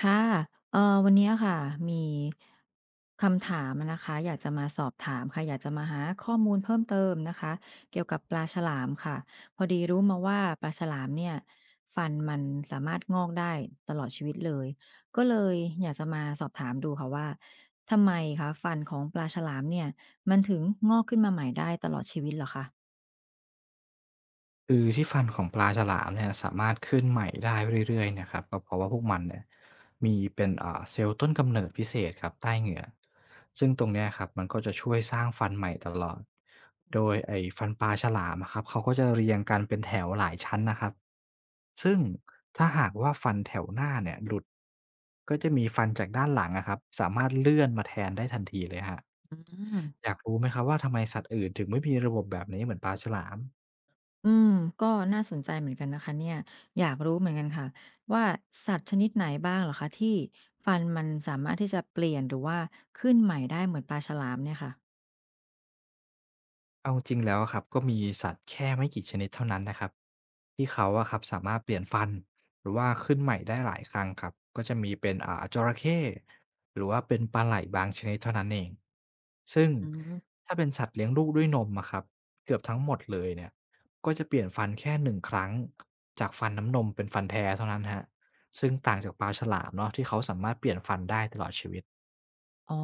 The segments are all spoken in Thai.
ค่ะวันเนี้ยค่ะ มีคำถามอะนะคะอยากจะมาสอบถามค่ะ อยากจะมาหาข้อมูลเพิ่มเติมนะคะเกี่ยวกับปลาฉลามค่ะ พอดีรู้มาว่าปลาฉลามเนี่ยฟันมันสามารถงอกได้ตลอดชีวิตเลยก็เลยอยากจะมาสอบถามดูค่ะว่า ทำไมคะฟันของปลาฉลามเนี่ยมันถึงงอกขึ้นมาใหม่ได้ตลอดชีวิตเหรอคะคือที่ฟันของปลาฉลามเนี่ยสามารถขึ้นใหม่ได้เรื่อยๆเนะครับก็เพราะว่าพวกมันเนี่ยมีเป็นเซลล์ต้นกำเนิดพิเศษครับใต้เหงือกซึ่งตรงเนี้ยครับมันก็จะช่วยสร้างฟันใหม่ตลอดโดยไอ้ฟันปลาฉลามอะครับเขาก็จะเรียงกันเป็นแถวหลายชั้นนะครับซึ่งก็จะมีฟันจากด้านหลังนะครับสามารถเลื่อนมาแทนได้ทันทีเลยฮะอืม อยากรู้ไหมครับว่าทำไมสัตว์อื่นถึงไม่มีระบบแบบนี้เหมือนปลาฉลาม อืมก็น่าสนใจเหมือนกันนะคะเนี่ยอยากรู้เหมือนกันค่ะว่าสัตว์ชนิดไหนบ้างเหรอคะที่ฟันมันสามารถที่จะเปลี่ยนหรือว่าขึ้นใหม่ได้เหมือนปลาฉลามเนี่ยค่ะเอาจริงแล้วอะครับก็มีสัตว์แค่ไม่กี่ชนิดเท่านั้นนะครับที่เขาอะครับสามารถเปลี่ยนฟันหรือว่าขึ้นใหม่ได้หลายครั้งครับก็จะมีเป็นจระเข้หรือว่าเป็นปลาไหลบางชนิดเท่านั้นเองซึ่งอืม ถ้าเป็นสัตว์เลี้ยงลูกด้วยนมอะครับเกือบทั้งหมดเลยเนี่ยก็จะเปลี่ยนฟันแค่1 ครั้งจากฟันน้ำนมเป็นฟันแท้เท่านั้นฮะซึ่งต่างจากปลาฉลามเนาะที่เขาสามารถเปลี่ยนฟันได้ตลอดชีวิต อ๋อ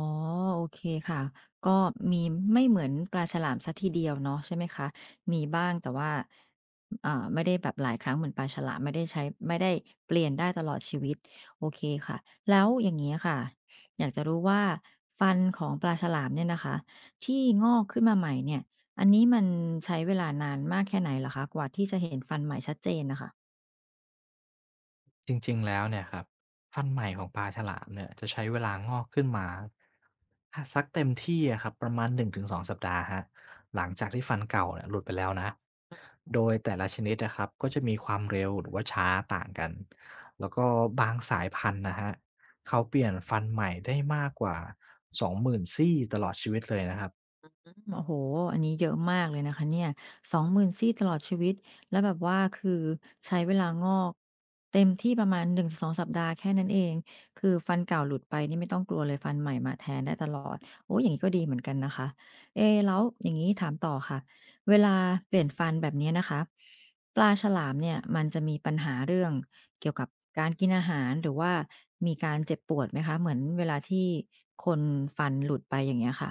โอเคค่ะก็มีไม่เหมือนปลาฉลามเสียทีเดียวเนาะใช่ไหมคะมีบ้างแต่ว่าไม่ได้แบบหลายครั้งเหมือนปลาฉลามไม่ได้ใช้ไม่ได้เปลี่ยนได้ตลอดชีวิตโอเคค่ะแล้วอย่างงี้ค่ะอยากจะรู้ว่าฟันของปลาฉลามเนี่ยนะคะที่งอกขึ้นมาใหม่เนี่ยอันนี้มันใช้เวลานานมากแค่ไหนเหรอคะกว่าที่จะเห็นฟันใหม่ชัดเจนน่ะค่ะ จริงๆ แล้วเนี่ยครับฟันใหม่ของปลาฉลามเนี่ยจะใช้เวลางอกขึ้นมาสักเต็มที่อะครับประมาณ1-2สองสัปดาห์ฮะหลังจากที่ฟันเก่าเนี่ยหลุดไปแล้วนะโดยแต่ละชนิดนะครับก็จะมีความเร็วหรือว่าช้าต่างกันแล้วก็บางสายพันธุ์นะฮะเขาเปลี่ยนฟันใหม่ได้มากกว่า20,000ซี่ตลอดชีวิตเลยนะครับ มโอ้โฮอันนี้เยอะมากเลยนะคะเนี่ย2 0 0 0นซี่ตลอดชีวิต แล้วแบบว่าคือใช้เวลางอกเต็มที่ประมาณ1-2สองสัปดาห์แค่นั้นเอง คือฟันเก่าหลุดไปนี่ไม่ต้องกลัวเลยฟันใหม่มาแทนได้ตลอดโอ้อย่างงี้ก็ดีเหมือนกันนะคะเอ๊แล้วอย่างงี้ถามต่อค่ะ เวลาเปลี่ยนฟันแบบเนี้ยนะคะปลาฉลามเนี่ยมันจะมีปัญหาเรื่องเกี่ยวกับการกินอาหารหรือว่ามีการเจ็บปวดไหมคะเหมือนเวลาที่คนฟันหลุดไปอย่างเงี้ยค่ะ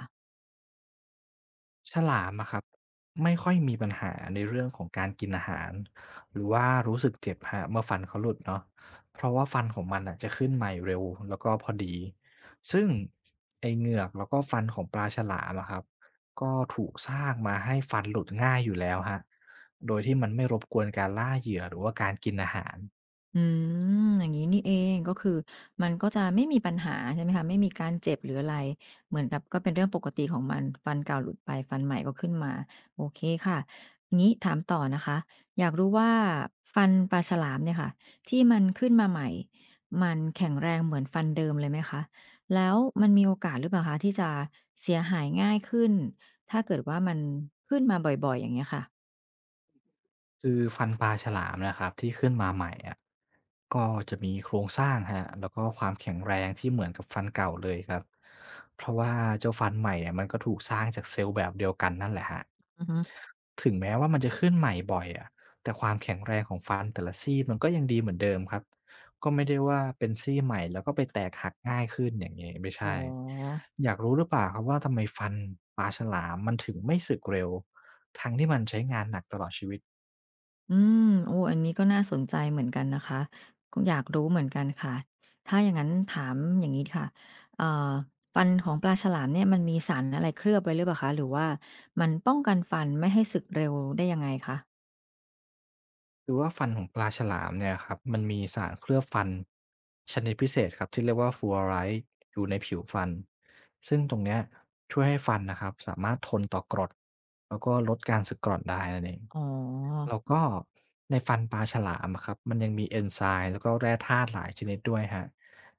ฉลามอะครับไม่ค่อยมีปัญหาในเรื่องของการกินอาหารหรือว่ารู้สึกเจ็บฮะเมื่อฟันเขาหลุดเนาะเพราะว่าฟันของมันอะจะขึ้นใหม่เร็วแล้วก็พอดีซึ่งไอ้เหงือกแล้วก็ฟันของปลาฉลามอะครับก็ถูกสร้างมาให้ฟันหลุดง่ายอยู่แล้วฮะโดยที่มันไม่รบกวนการล่าเหยื่อหรือว่าการกินอาหาร อืมอย่างนี้นี่เองก็คือมันก็จะไม่มีปัญหาใช่ไหมคะไม่มีการเจ็บหรืออะไรเหมือนกับก็เป็นเรื่องปกติของมันฟันเก่าหลุดไปฟันใหม่ก็ขึ้นมาโอเคค่ะงี้ถามต่อนะคะอยากรู้ว่าฟันปลาฉลามเนี่ยค่ะที่มันขึ้นมาใหม่มันแข็งแรงเหมือนฟันเดิมเลยไหมคะแล้วมันมีโอกาสหรือเปล่าคะที่จะเสียหายง่ายขึ้นถ้าเกิดว่ามันขึ้นมาบ่อยๆอย่างเงี้ยค่ะคือฟันปลาฉลามนะครับที่ขึ้นมาใหม่อะก็จะมีโครงสร้างฮะแล้วก็ความแข็งแรงที่เหมือนกับฟันเก่าเลยครับเพราะว่าเจ้าฟันใหม่เนี่ยมันก็ถูกสร้างจากเซลล์แบบเดียวกันนั่นแหละฮะอือฮึถึงแม้ว่ามันจะขึ้นใหม่บ่อยอะแต่ความแข็งแรงของฟันแต่ละซี่มันก็ยังดีเหมือนเดิมครับก็ไม่ได้ว่าเป็นซี่ใหม่แล้วก็ไปแตกหักง่ายขึ้นอย่างเงี้ยไม่อ๋ใช่อ อยากรู้หรือเปล่าครับว่าทำไมฟันปลาฉลามมันถึงไม่สึกเร็วทั้งที่มันใช้งานหนักตลอดชีวิต อืมโอ้อันนี้ก็น่าสนใจเหมือนกันนะคะก็อยากรู้เหมือนกันค่ะถ้าอย่างงั้นถามอย่างงี้ค่ะเอ่อฟันของปลาฉลามเนี่ยมันมีสารอะไรเคลือบไว้หรือเปล่าคะหรือว่ามันป้องกันฟันไม่ให้สึกเร็วได้ยังไงคะคือว่าฟันของปลาฉลามเนี่ยครับมันมีสารเคลือบฟันชนิดพิเศษครับที่เรียกว่าฟลูออไรด์อยู่ในผิวฟันซึ่งตรงเนี้ยช่วยให้ฟันนะครับสามารถทนต่อกรดแล้วก็ลดการสึกกร่อนได้นั่นเองอ๋อ แล้วก็ในฟันปลาฉลามอะครับมันยังมีเอนไซม์แล้วก็แร่ธาตุหลายชนิดด้วยฮะ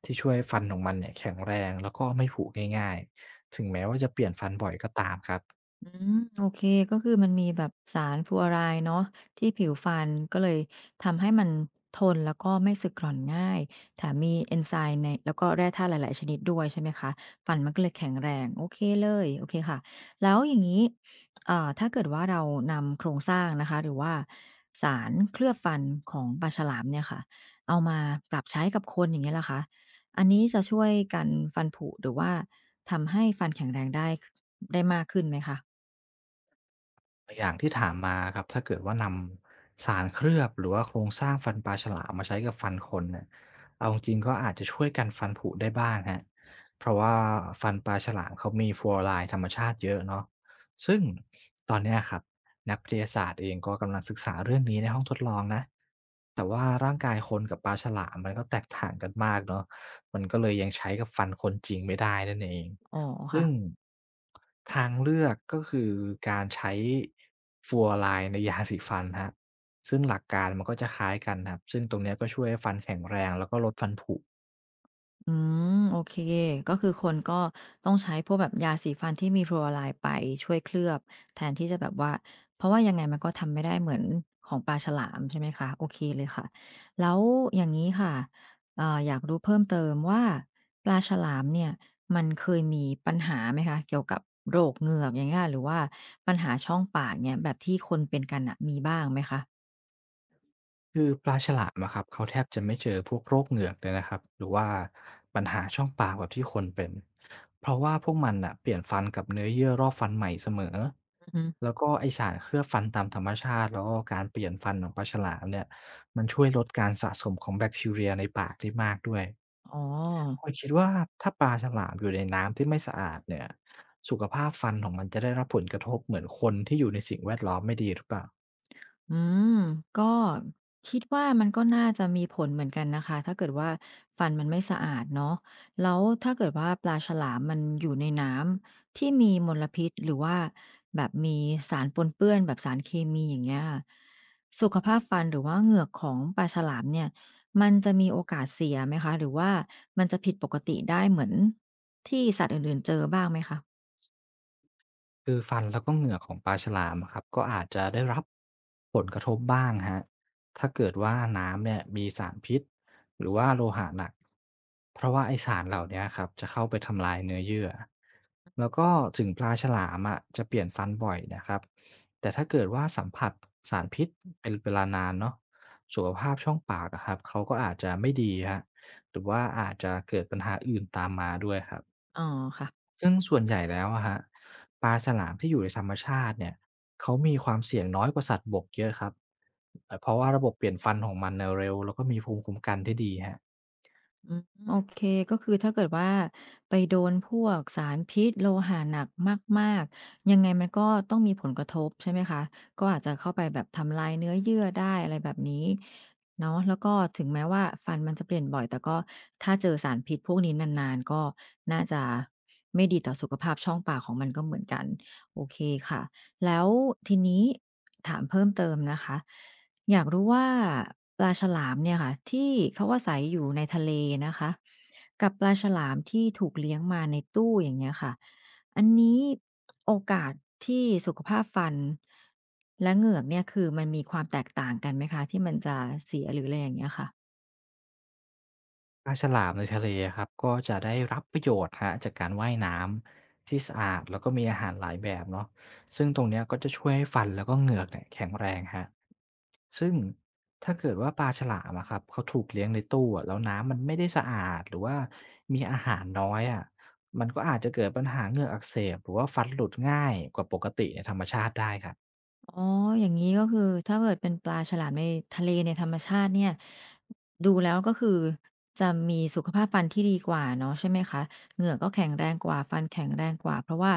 ที่ช่วยให้ฟันของมันเนี่ยแข็งแรงแล้วก็ไม่ผุง่ายๆถึงแม้ว่าจะเปลี่ยนฟันบ่อยก็ตามครับ อืมโอเคก็คือมันมีแบบสารฟลูออไรด์เนาะที่ผิวฟันก็เลยทำให้มันทนแล้วก็ไม่สึกกร่อนง่ายแถมมีเอนไซม์ในแล้วก็แร่ธาตุหลายๆชนิดด้วยใช่ไหมคะฟันมันก็เลยแข็งแรงโอเคเลยโอเคค่ะแล้วอย่างงี้ถ้าเกิดว่าเรานำโครงสร้างนะคะหรือว่าสารเคลือบฟันของปลาฉลามเนี่ยค่ะเอามาปรับใช้กับคนอย่างเงี้ยล่ะคะอันนี้จะช่วยกันฟันผุหรือว่าทำให้ฟันแข็งแรงได้ได้มากขึ้นไหมคะ อย่างที่ถามมาครับถ้าเกิดว่านำสารเคลือบหรือว่าโครงสร้างฟันปลาฉลามมาใช้กับฟันคนเนี่ยเอาจริงๆก็อาจจะช่วยกันฟันผุได้บ้างฮะเพราะว่าฟันปลาฉลามเขามีฟลูออไรด์ธรรมชาติเยอะเนาะซึ่งตอนเนี้ยครับนักวิทยาศาสตร์เองก็กำลังศึกษาเรื่องนี้ในห้องทดลองนะแต่ว่าร่างกายคนกับปลาฉลามมันก็แตกต่างกันมากเนาะมันก็เลยยังใช้กับฟันคนจริงไม่ได้นั่นเอง อ๋อค่ะซึ่งทางเลือกก็คือการใช้ฟลูออไรด์ในยาสีฟันครับซึ่งหลักการมันก็จะคล้ายกันครับซึ่งตรงเนี้ยก็ช่วยให้ฟันแข็งแรงแล้วก็ลดฟันผุอืมโอเคก็คือคนก็ต้องใช้พวกแบบยาสีฟันที่มีฟลูออไรด์ไปช่วยเคลือบแทนที่จะแบบว่าเพราะว่ายังไงมันก็ทำไม่ได้เหมือนของปลาฉลามใช่ไหมคะโอเคเลยค่ะแล้วอย่างนี้ค่ะอยากรู้เพิ่มเติมว่าปลาฉลามเนี่ยมันเคยมีปัญหาไหมคะเกี่ยวกับโรคเหงือกอย่างเงี้ยหรือว่าปัญหาช่องปากเนี่ยแบบที่คนเป็นกันอะมีบ้างไหมคะคือปลาฉลามอะครับเขาแทบจะไม่เจอพวกโรคเหงือกเลยนะครับหรือว่าปัญหาช่องปากแบบที่คนเป็นเพราะว่าพวกมันน่ะเปลี่ยนฟันกับเนื้อเยื่อรอบฟันใหม่เสมออือฮึแล้วก็ไอ้สารเคลือบฟันตามธรรมชาติแล้วก็การเปลี่ยนฟันของปลาฉลามเนี่ยมันช่วยลดการสะสมของแบคทีเรียในปากได้มากด้วย อ๋อ คุณคิดว่าถ้าปลาฉลามอยู่ในน้ำที่ไม่สะอาดเนี่ยสุขภาพฟันของมันจะได้รับผลกระทบเหมือนคนที่อยู่ในสิ่งแวดล้อมไม่ดีหรือเปล่า อืมก็คิดว่ามันก็น่าจะมีผลเหมือนกันนะคะถ้าเกิดว่าฟันมันไม่สะอาดเนาะแล้วถ้าเกิดว่าปลาฉลามมันอยู่ในน้ำที่มีมลพิษหรือว่าแบบมีสารปนเปื้อนแบบสารเคมีอย่างเงี้ยสุขภาพฟันหรือว่าเหงือกของปลาฉลามเนี่ยมันจะมีโอกาสเสียไหมคะหรือว่ามันจะผิดปกติได้เหมือนที่สัตว์อื่นๆเจอบ้างไหมคะคือฟันแล้วก็เหงื่อของปลาฉลามอะครับก็อาจจะได้รับผลกระทบบ้างฮะถ้าเกิดว่าน้ำเนี่ยมีสารพิษหรือว่าโลหะหนักเพราะว่าไอสารเหล่าเนี้ครับจะเข้าไปทำลายเนื้อเยื่อแล้วก็ถึงปลาฉลามอะจะเปลี่ยนฟันบ่อยนะครับแต่ถ้าเกิดว่าสัมผัสสารพิษเป็นเวลานานเนาะสุขภาพช่องปากอะครับเขาก็อาจจะไม่ดีฮะหรือว่าอาจจะเกิดปัญหาอื่นตามมาด้วยครับ อ๋อค่ะ ซึ่งส่วนใหญ่แล้วอะฮะปลาฉลามที่อยู่ในธรรมชาติเนี่ยเขามีความเสี่ยงน้อยกว่าสัตว์บกเยอะครับเพราะว่าระบบเปลี่ยนฟันของมันเน่ยเร็วแล้วก็มีภูมิคุ้มกันที่ดีฮะอืมโอเค ก็คือถ้าเกิดว่าไปโดนพวกสารพิษโลหะหนักมากๆ ยังไงมันก็ต้องมีผลกระทบใช่ไหมคะ ก็อาจจะเข้าไปแบบทำลายเนื้อเยื่อได้อะไรแบบนี้เนาะแล้วก็ถึงแม้ว่าฟันมันจะเปลี่ยนบ่อยแต่ก็ถ้าเจอสารพิษพวกนี้นานๆ ก็น่าจะไม่ดีต่อสุขภาพช่องปากของมันก็เหมือนกัน โอเคค่ะ แล้วทีนี้ถามเพิ่มเติมนะคะ อยากรู้ว่าปลาฉลามเนี่ยค่ะที่เขาอาศัยอยู่ในทะเลนะคะกับปลาฉลามที่ถูกเลี้ยงมาในตู้อย่างเงี้ยค่ะอันนี้โอกาสที่สุขภาพฟันและเหงือกเนี่ยคือมันมีความแตกต่างกันไหมคะที่มันจะเสียหรืออะไรอย่างเงี้ยค่ะ ปลาฉลามในทะเลครับก็จะได้รับประโยชน์ฮะจากการว่ายน้ำที่สะอาดแล้วก็มีอาหารหลายแบบเนาะซึ่งตรงเนี้ยก็จะช่วยให้ฟันแล้วก็เหงือกเนี่ยแข็งแรงฮะ ซึ่งถ้าเกิดว่าปลาฉลามอะครับเขาถูกเลี้ยงในตู้อะแล้วน้ำมันไม่ได้สะอาดหรือว่ามีอาหารน้อยอะมันก็อาจจะเกิดปัญหาเหงือกอักเสบหรือว่าฟันหลุดง่ายกว่าปกติในธรรมชาติได้ครับ อ๋ออย่างนี้ก็คือถ้าเกิดเป็นปลาฉลามในทะเลในธรรมชาติเนี่ยดูแล้วก็คือจะมีสุขภาพฟันที่ดีกว่าเนาะใช่ไหมคะเหงือกก็แข็งแรงกว่าฟันแข็งแรงกว่าเพราะว่า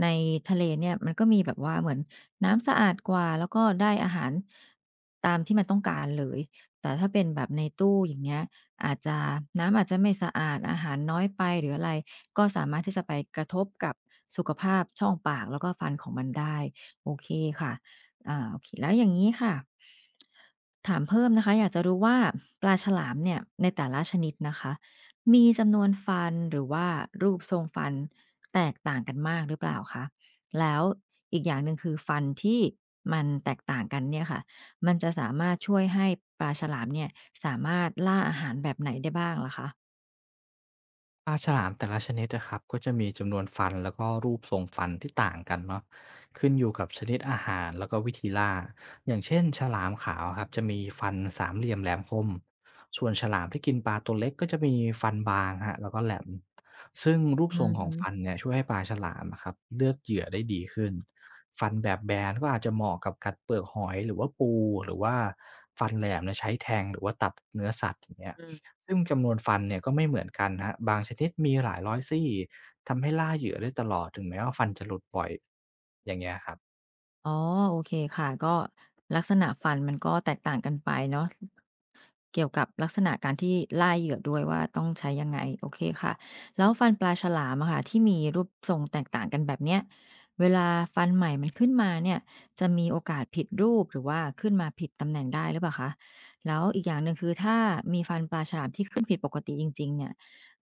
ในทะเลเนี่ยมันก็มีแบบว่าเหมือนน้ำสะอาดกว่าแล้วก็ได้อาหารตามที่มันต้องการเลยแต่ถ้าเป็นแบบในตู้อย่างเงี้ยอาจจะน้ำอาจจะไม่สะอาดอาหารน้อยไปหรืออะไรก็สามารถที่จะไปกระทบกับสุขภาพช่องปากแล้วก็ฟันของมันได้โอเคค่ะ อาโอเคแล้วอย่างนี้ค่ะถามเพิ่มนะคะอยากจะรู้ว่าปลาฉลามเนี่ยในแต่ละชนิดนะคะมีจำนวนฟันหรือว่ารูปทรงฟันแตกต่างกันมากหรือเปล่าคะแล้วอีกอย่างหนึ่งคือฟันที่มันแตกต่างกันเนี่ยค่ะมันจะสามารถช่วยให้ปลาฉลามเนี่ยสามารถล่าอาหารแบบไหนได้บ้างล่ะคะปลาฉลามแต่ละชนิดนะครับก็จะมีจำนวนฟันแล้วก็รูปทรงฟันที่ต่างกันเนาะขึ้นอยู่กับชนิดอาหารแล้วก็วิธีล่าอย่างเช่นฉลามขาวครับจะมีฟันสามเหลี่ยมแหลมคมส่วนฉลามที่กินปลาตัวเล็กก็จะมีฟันบางฮะแล้วก็แหลมซึ่งรูปอืทรงอขอฮึ งฟันเนี่ยช่วยให้ปลาฉลามอะครับเลือกเหยื่อได้ดีขึ้นฟันแบบแบนก็อาจจะเหมาะกับกัดเปลือกหอยหรือว่าปูหรือว่าฟันแหลมเนี่ยใช้แทงหรือว่าตัดเนื้อสัตว์อย่างเงี้ย ซึ่งจำนวนฟันเนี่ยก็ไม่เหมือนกันนะฮบบางชนิดมีหลายร้อยซี่ทำให้ล่าเหยื่อได้ตลอดถึงแม้ว่าฟันจะหลุดบ่อยอย่างเงี้ยครับ อ๋อโอเคค่ะก็ลักษณะฟันมันก็แตกต่างกันไปเนาะเกี่ยวกับลักษณะการที่ล่าเหยื่อด้วยว่าต้องใช้ยังไงโอเคค่ะแล้วฟันปลาฉลามอะค่ะที่มีรูปทรงแตกต่างกันแบบเนี้ยเวลาฟันใหม่มันขึ้นมาเนี่ยจะมีโอกาสผิดรูปหรือว่าขึ้นมาผิดตำแหน่งได้หรือเปล่าคะแล้วอีกอย่างหนึ่งคือถ้ามีฟันปลาฉลามที่ขึ้นผิดปกติจริงๆเนี่ย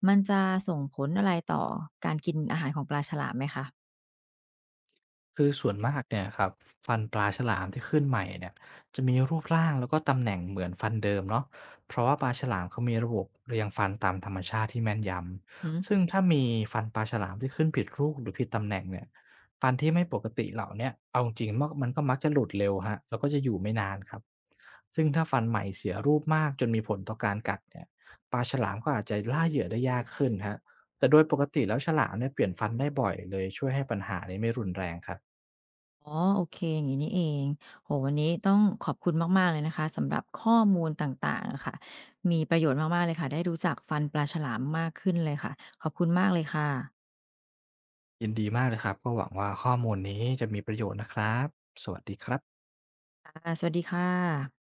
มันจะส่งผลอะไรต่อการกินอาหารของปลาฉลามไหมคะคือส่วนมากเนี่ยครับฟันปลาฉลามที่ขึ้นใหม่เนี่ยจะมีรูปร่างแล้วก็ตำแหน่งเหมือนฟันเดิมเนาะเพราะว่าปลาฉลามเขามีระบบเรียงฟันตามธรรมชาติที่แม่นยอือฮึ ำซึ่งถ้ามีฟันปลาฉลามที่ขึ้นผิดรูปหรือผิดตำแหน่งเนี่ยฟันที่ไม่ปกติเหล่าเนี้ยเอาจริงๆมันก็มักจะหลุดเร็วฮะแล้วก็จะอยู่ไม่นานครับซึ่งถ้าฟันใหม่เสียรูปมากจนมีผลต่อการกัดเนี่ยปลาฉลามก็อาจจะล่าเหยื่อได้ยากขึ้นฮะแต่โดยปกติแล้วฉลามเนี่ยเปลี่ยนฟันได้บ่อยเลยช่วยให้ปัญหานี้ไม่รุนแรงครับ อ๋อโอเคอย่างนี้นี่เองโหวันนี้ต้องขอบคุณมากๆเลยนะคะสำหรับข้อมูลต่างๆอะค่ะมีประโยชน์มากๆเลยค่ะได้รู้จักฟันปลาฉลามมากขึ้นเลยค่ะขอบคุณมากเลยค่ะยินดีมากเลยครับ ก็หวังว่าข้อมูลนี้จะมีประโยชน์นะครับ สวัสดีครับค่ะสวัสดีค่ะ